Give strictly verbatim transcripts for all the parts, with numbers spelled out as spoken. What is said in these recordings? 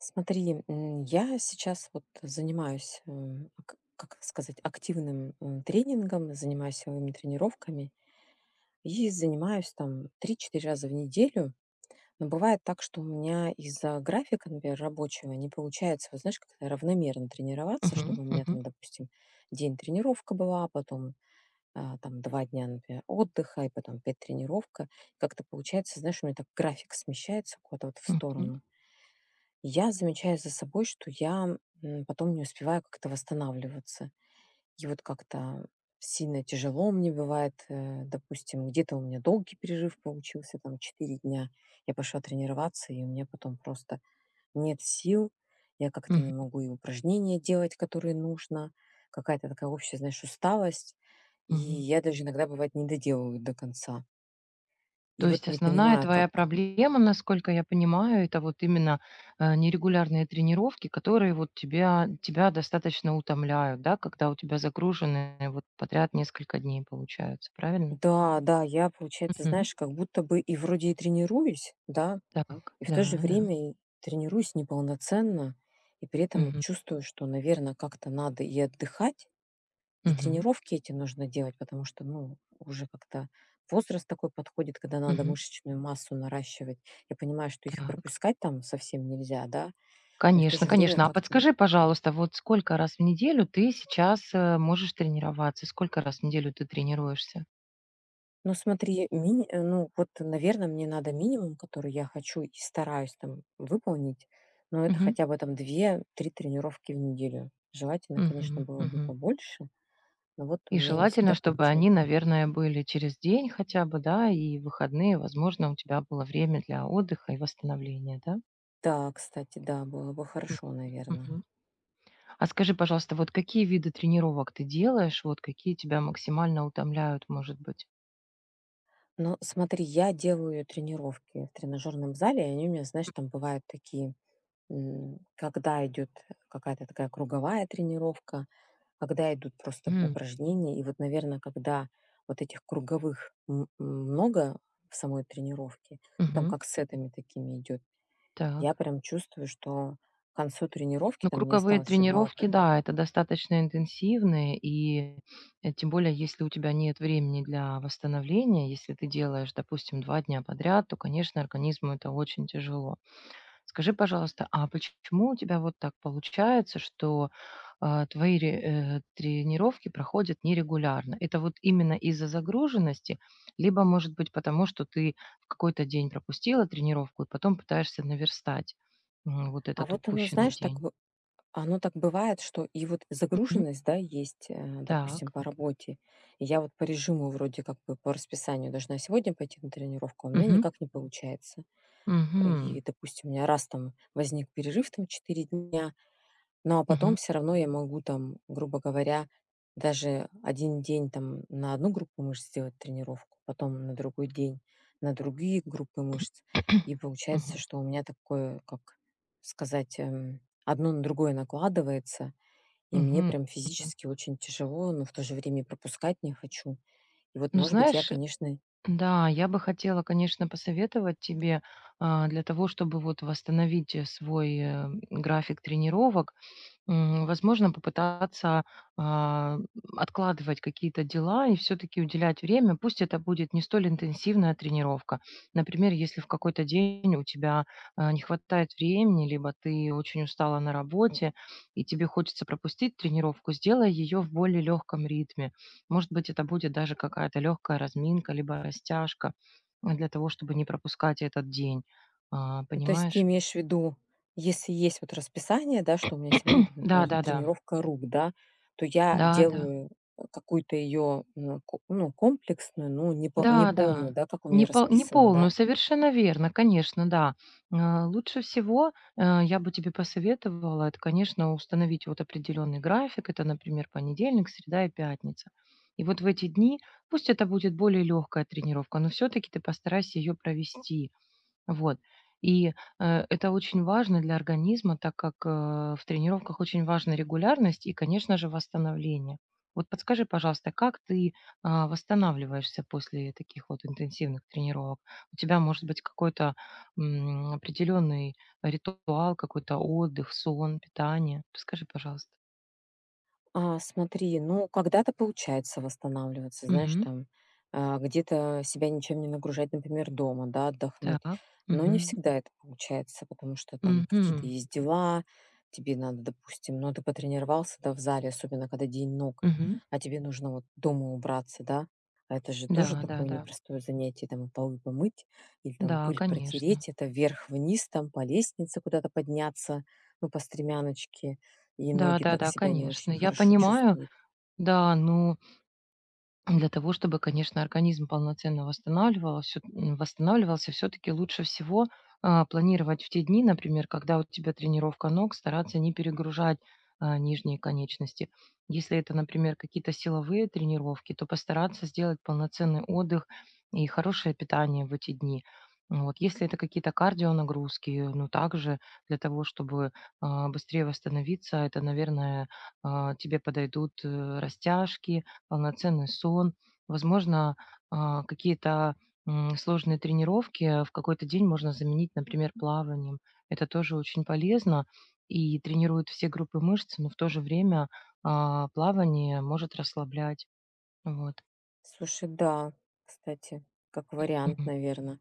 Смотри, м, я сейчас вот занимаюсь, м, к- как сказать, активным м, тренингом, занимаюсь силовыми тренировками и занимаюсь там три четыре раза в неделю. Но бывает так, что у меня из-за графика, например, рабочего не получается, вот знаешь, как-то равномерно тренироваться, Мгм, чтобы у меня мгм, там, допустим, день тренировка была, потом а, там два дня, например, отдыха, и потом опять тренировка. Как-то получается, знаешь, у меня так график смещается куда-то вот в мгм, сторону. Я замечаю за собой, что я, м, потом не успеваю как-то восстанавливаться. И вот как-то сильно тяжело мне бывает, э, допустим, где-то у меня долгий перерыв получился, там четыре дня. Я пошла тренироваться, и у меня потом просто нет сил. Я как-то не мгм, могу и упражнения делать, которые нужно. Какая-то такая общая, знаешь, усталость. И мгм. я даже иногда, бывает, не доделываю до конца. И То есть вот не основная понимаю, твоя как. проблема, насколько я понимаю, это вот именно, э, нерегулярные тренировки, которые вот тебя тебя достаточно утомляют, да, когда у тебя загружены вот подряд несколько дней получаются, правильно? Да, да, я, получается, Мгм. знаешь, как будто бы и вроде и тренируюсь, да, Так, и в да, то же да. время и тренируюсь неполноценно, и при этом вот Мгм, чувствую, что, наверное, как-то надо и отдыхать, и мгм, тренировки эти нужно делать, потому что, ну, уже как-то возраст такой подходит, когда надо мгм. мышечную массу наращивать. Я понимаю, что их и Так. пропускать там совсем нельзя, да, но и в то Конечно, же время конечно. А как-то, подскажи, пожалуйста, вот сколько раз в неделю ты сейчас, э, можешь тренироваться? Сколько раз в неделю ты тренируешься? ну, смотри, мини э, ну, вот, наверное, мне надо минимум, который я хочу и стараюсь там выполнить, но это Мгм, хотя бы там две три тренировки в неделю. Желательно, конечно, мгм, было бы мгм. побольше. Но вот у И меня не желательно, всегда чтобы получается. они, наверное, были через день хотя бы, да, и выходные, возможно, у тебя было время для отдыха и восстановления, да? Да, кстати, да, было бы М, хорошо, наверное. мгм. А скажи, пожалуйста, вот какие виды тренировок ты делаешь, вот какие тебя максимально утомляют, может быть? Но смотри, я делаю тренировки в тренажерном зале, и они у меня, знаешь, там бывают такие, м, когда идет какая-то такая круговая тренировка, когда идут просто М, упражнения. И вот, наверное, когда вот этих круговых м- м, много в самой тренировке, ну, там мгм. как сетами такими идет, я Так. прям чувствую, что к концу тренировки, Ну, там мне круговые осталось еще два тренировки, упражнения, да, это достаточно интенсивные, и э, тем более, если у тебя нет времени для восстановления, если ты делаешь, допустим, два дня подряд, то, конечно, организму это очень тяжело. Скажи, пожалуйста, а почему у тебя вот так получается, что, а, твои ре э, тренировки проходят нерегулярно? Это вот именно из-за загруженности, либо, может быть, потому что ты в какой-то день пропустила тренировку и потом пытаешься наверстать, м, вот а этот вот оно, упущенный знаешь, так день? оно так бывает, что и вот Мгм. загруженность, да, есть, э, допустим, Так. по работе. И я вот по режиму вроде как бы по расписанию должна сегодня пойти на тренировку, а у меня Мгм. никак не получается. Мгм. И, допустим, у меня раз там возник перерыв там четыре дня, ну а потом Мгм. все равно я могу там, грубо говоря, даже один день там на одну группу мышц сделать тренировку, потом на другой день на другие группы мышц. И получается, Мгм. что у меня такое, как сказать, эм, одно на другое накладывается, и мне Мгм. прям Мгм. физически очень тяжело, но в то же время и пропускать не хочу. И вот, Ну, может быть, я, знаешь конечно. Да, я бы хотела, конечно, посоветовать тебе, а, для того, чтобы вот восстановить э, свой э, график тренировок. М, возможно, попытаться, а, откладывать какие-то дела и все таки уделять время. Пусть это будет не столь интенсивная тренировка. Например, если в какой-то день у тебя, а, не хватает времени, либо ты очень устала на работе и тебе хочется пропустить тренировку, сделай ее в более легком ритме. Может быть, это будет даже какая-то легкая разминка, либо растяжка, а, для того, чтобы не пропускать этот день. А, Ну, то есть ты понимаешь? имеешь в виду, если есть вот расписание, да, что у меня сегодня, там, например, Да-да-да. тренировка рук, да, то я Да-да. делаю э, какую-то ее ну, ко- ну, комплексную, ну, не, по- не Да, да. полную, да, как у Не меня пол не расписано, да. полную, совершенно верно, конечно, да. А, лучше всего, э, я бы тебе посоветовала, это, конечно, установить вот определенный график. Это, например, понедельник, среда и пятница. И вот в эти дни пусть это будет более легкая тренировка, но все-таки ты постарайся ее провести. Вот. И, э, это очень важно для организма, так как, э, в тренировках очень важна регулярность и, конечно же, восстановление. Вот подскажи, пожалуйста, как ты, а, восстанавливаешься после таких вот интенсивных тренировок? У тебя может быть какой-то, м, определенный ритуал, какой-то отдых, сон, питание? Расскажи, пожалуйста. А, смотри, ну, когда-то получается восстанавливаться, знаешь, Мгм. там, а, где-то себя ничем не нагружать, например, дома, да, отдохнуть. Так. Но не Мгм. всегда это получается, потому что там какие-то Мгм. есть дела, тебе надо, допустим, ну, ты потренировался, да, в зале, особенно когда день ног, Мгм. а тебе нужно вот дома убраться, да, а это же тоже Да, да, такое да. непростое занятие, там, и полы помыть или там Да, пыль конечно. протереть, это вверх-вниз, там, по лестнице куда-то подняться, ну, по стремяночке, и Да, ноги да, так да, себя не конечно. очень Я хорошо понимаю, чувствуют. Да, ну, для того, чтобы, конечно, организм полноценно восстанавливался, восстанавливался, все-таки лучше всего а, планировать в те дни, например, когда у тебя тренировка ног, стараться не перегружать а, нижние конечности. Если это, например, какие-то силовые тренировки, то постараться сделать полноценный отдых и хорошее питание в эти дни. Вот. Если это какие-то кардионагрузки, ну, также для того, чтобы а, быстрее восстановиться, это, наверное, а, тебе подойдут э, растяжки, полноценный сон, возможно, а, какие-то, м, сложные тренировки в какой-то день можно заменить, например, плаванием. Это тоже очень полезно и тренирует все группы мышц, но в то же время, а, плавание может расслаблять. Вот. Слушай, да, кстати, как вариант, Мгм. наверное.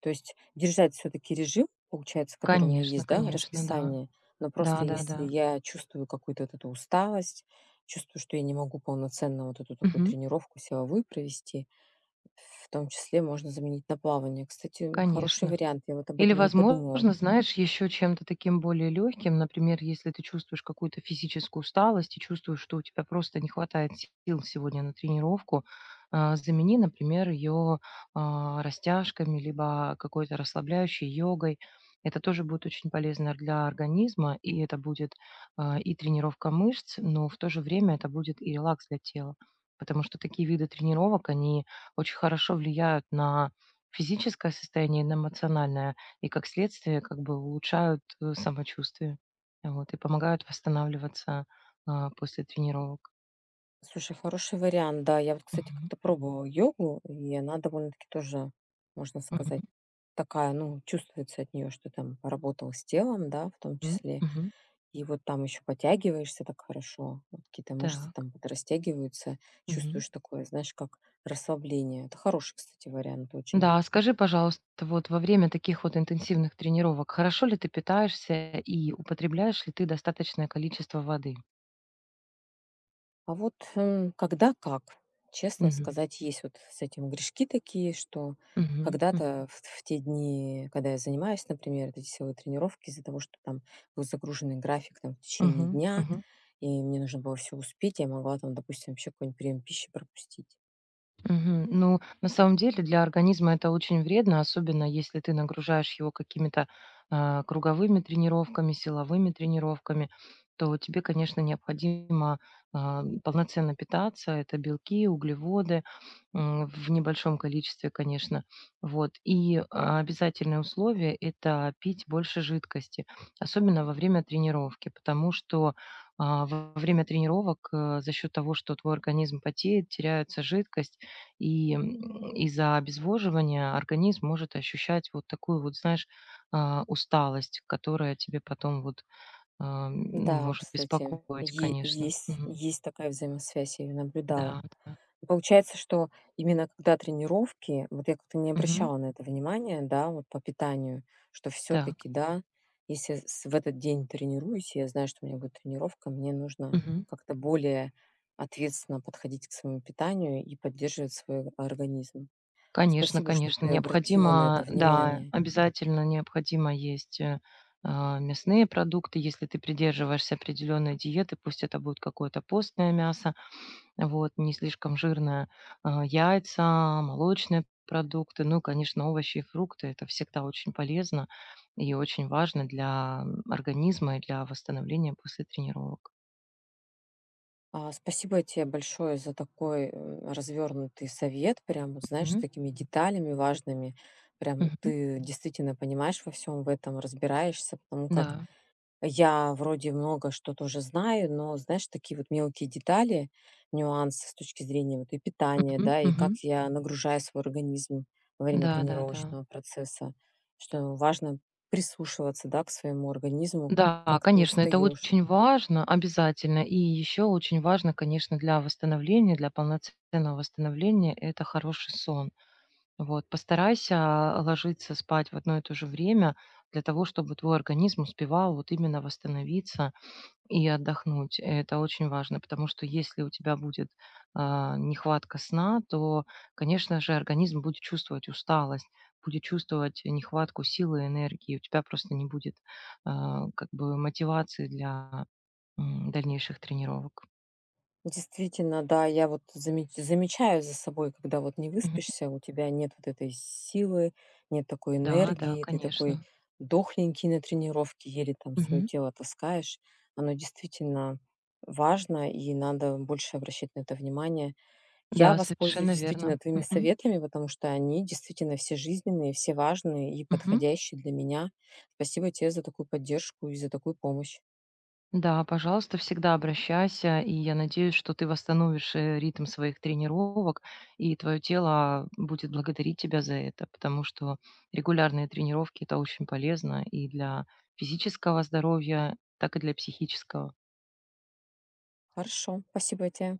То есть держать все таки режим, получается, который у меня Конечно, есть, да, конечно, да. расписание. Но просто если Да-да-да. я чувствую какую-то вот эту усталость, чувствую, что я не могу полноценно вот эту такую Мгм. тренировку силовую провести, в том числе можно заменить на плавание. Кстати, хороший Конечно. вариант, я вот об Или, этом не подумала. возможно, знаешь, еще чем-то таким более легким, например, если ты чувствуешь какую-то физическую усталость и чувствуешь, что у тебя просто не хватает сил сегодня на тренировку, а, замени, например, ее растяжками, либо какой-то расслабляющей йогой. Это тоже будет очень полезно для организма, и это будет а, и тренировка мышц, но в то же время это будет и релакс для тела, потому что такие виды тренировок, они очень хорошо влияют на физическое состояние, и на эмоциональное и, как следствие, как бы улучшают, э, самочувствие, вот, и помогают восстанавливаться, а, после тренировок. Слушай, хороший вариант, да. Я вот, кстати, Мгм. как-то пробовала йогу, и она довольно-таки тоже, можно сказать, Мгм. такая, ну, чувствуется от нее, что там поработал с телом, да, в том М. числе. Мгм. И вот там еще потягиваешься так хорошо, вот какие-то мышцы Так. там подрастягиваются, Мгм. чувствуешь такое, знаешь, как расслабление. Это хороший, кстати, вариант очень. Да, а скажи, пожалуйста, вот во время таких вот интенсивных тренировок хорошо ли ты питаешься и употребляешь ли ты достаточное количество воды? А вот, м, когда как. Честно Мгм. сказать, есть вот с этим грешки такие, что Мгм. М. когда-то в, в те дни, когда я занимаюсь, например, эти силовые тренировки, из-за того, что там был загруженный график там, в течение Мгм. дня, Мгм. и мне нужно было все успеть, я могла там, допустим, вообще какой-нибудь прием пищи пропустить. Мгм. Ну, на самом деле для организма это очень вредно, особенно если ты нагружаешь его какими-то а, круговыми тренировками, силовыми тренировками, то тебе, конечно, необходимо а, полноценно питаться. Это белки, углеводы м, в небольшом количестве, конечно. Вот. И а, обязательное условие– это пить больше жидкости, особенно во время тренировки, потому что а, во время тренировок э, за счет того, что твой организм потеет, теряется жидкость, и, м, из-за обезвоживания организм может ощущать вот такую вот, знаешь, а, усталость, которая тебе потом вот, а, ну, Да, может кстати, беспокоить, е- конечно. есть, Мгм. есть такая взаимосвязь, я ее наблюдала. Да, да. Получается, что именно когда тренировки, вот я как-то не Мгм. обращала на это внимания, да, вот по питанию, что Так. все-таки, да, если я с- в этот день тренируюсь, и я знаю, что у меня будет тренировка, мне нужно Мгм. как-то более ответственно подходить к своему питанию и поддерживать свой организм. Конечно, Спасибо, что конечно, ты обратила на это необходимо, да, внимание. обязательно необходимо есть, э, а, мясные продукты. Если ты придерживаешься определенной диеты, пусть это будет какое-то постное мясо. Вот, не слишком жирное, а, яйца, молочные продукты, ну и, конечно, овощи и фрукты. Это всегда очень полезно и очень важно для, м, организма и для восстановления после тренировок. А, спасибо тебе большое за такой, м, развернутый совет. Прям вот, знаешь, с Мгм, такими деталями важными. Прям мгм. ты действительно понимаешь во всем в этом, разбираешься, потому как Да. я вроде много что тоже знаю, но, знаешь, такие вот мелкие детали, нюансы с точки зрения вот и питания, Мгм, да, и как мгм. я нагружаю свой организм во время Да, да, да. тренировочного процесса, что важно прислушиваться, да, к своему организму, Да, как ты конечно, это устаешь. очень важно, обязательно. И еще очень важно, конечно, для восстановления, для полноценного восстановления- это хороший сон. Вот, постарайся ложиться спать в одно и то же время для того, чтобы твой организм успевал вот именно восстановиться и отдохнуть. Это очень важно, потому что если у тебя будет а, нехватка сна, то, конечно же, организм будет чувствовать усталость, будет чувствовать нехватку силы и энергии. У тебя просто не будет а, как бы мотивации для м, дальнейших тренировок. Действительно, да, я вот замеч замечаю за собой, когда вот не Мгм. выспишься, у тебя нет вот этой силы, нет такой Да, да, энергии, ты такой конечно. дохленький на тренировке, еле там свое Мгм. тело таскаешь. Оно действительно важно, и надо больше обращать на это внимание. Я Да, воспользуюсь совершенно действительно верно. твоими Мгм. советами, потому что они действительно все жизненные, все важные и Мгм. подходящие для меня. Спасибо тебе за такую поддержку и за такую помощь. Да, пожалуйста, всегда обращайся, и я надеюсь, что ты восстановишь э, ритм своих тренировок, и твое тело будет благодарить тебя за это, потому что регулярные тренировки это очень полезно и для физического здоровья, так и для психического. Хорошо, спасибо тебе.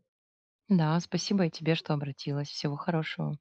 Да, спасибо и тебе, что обратилась. Всего хорошего.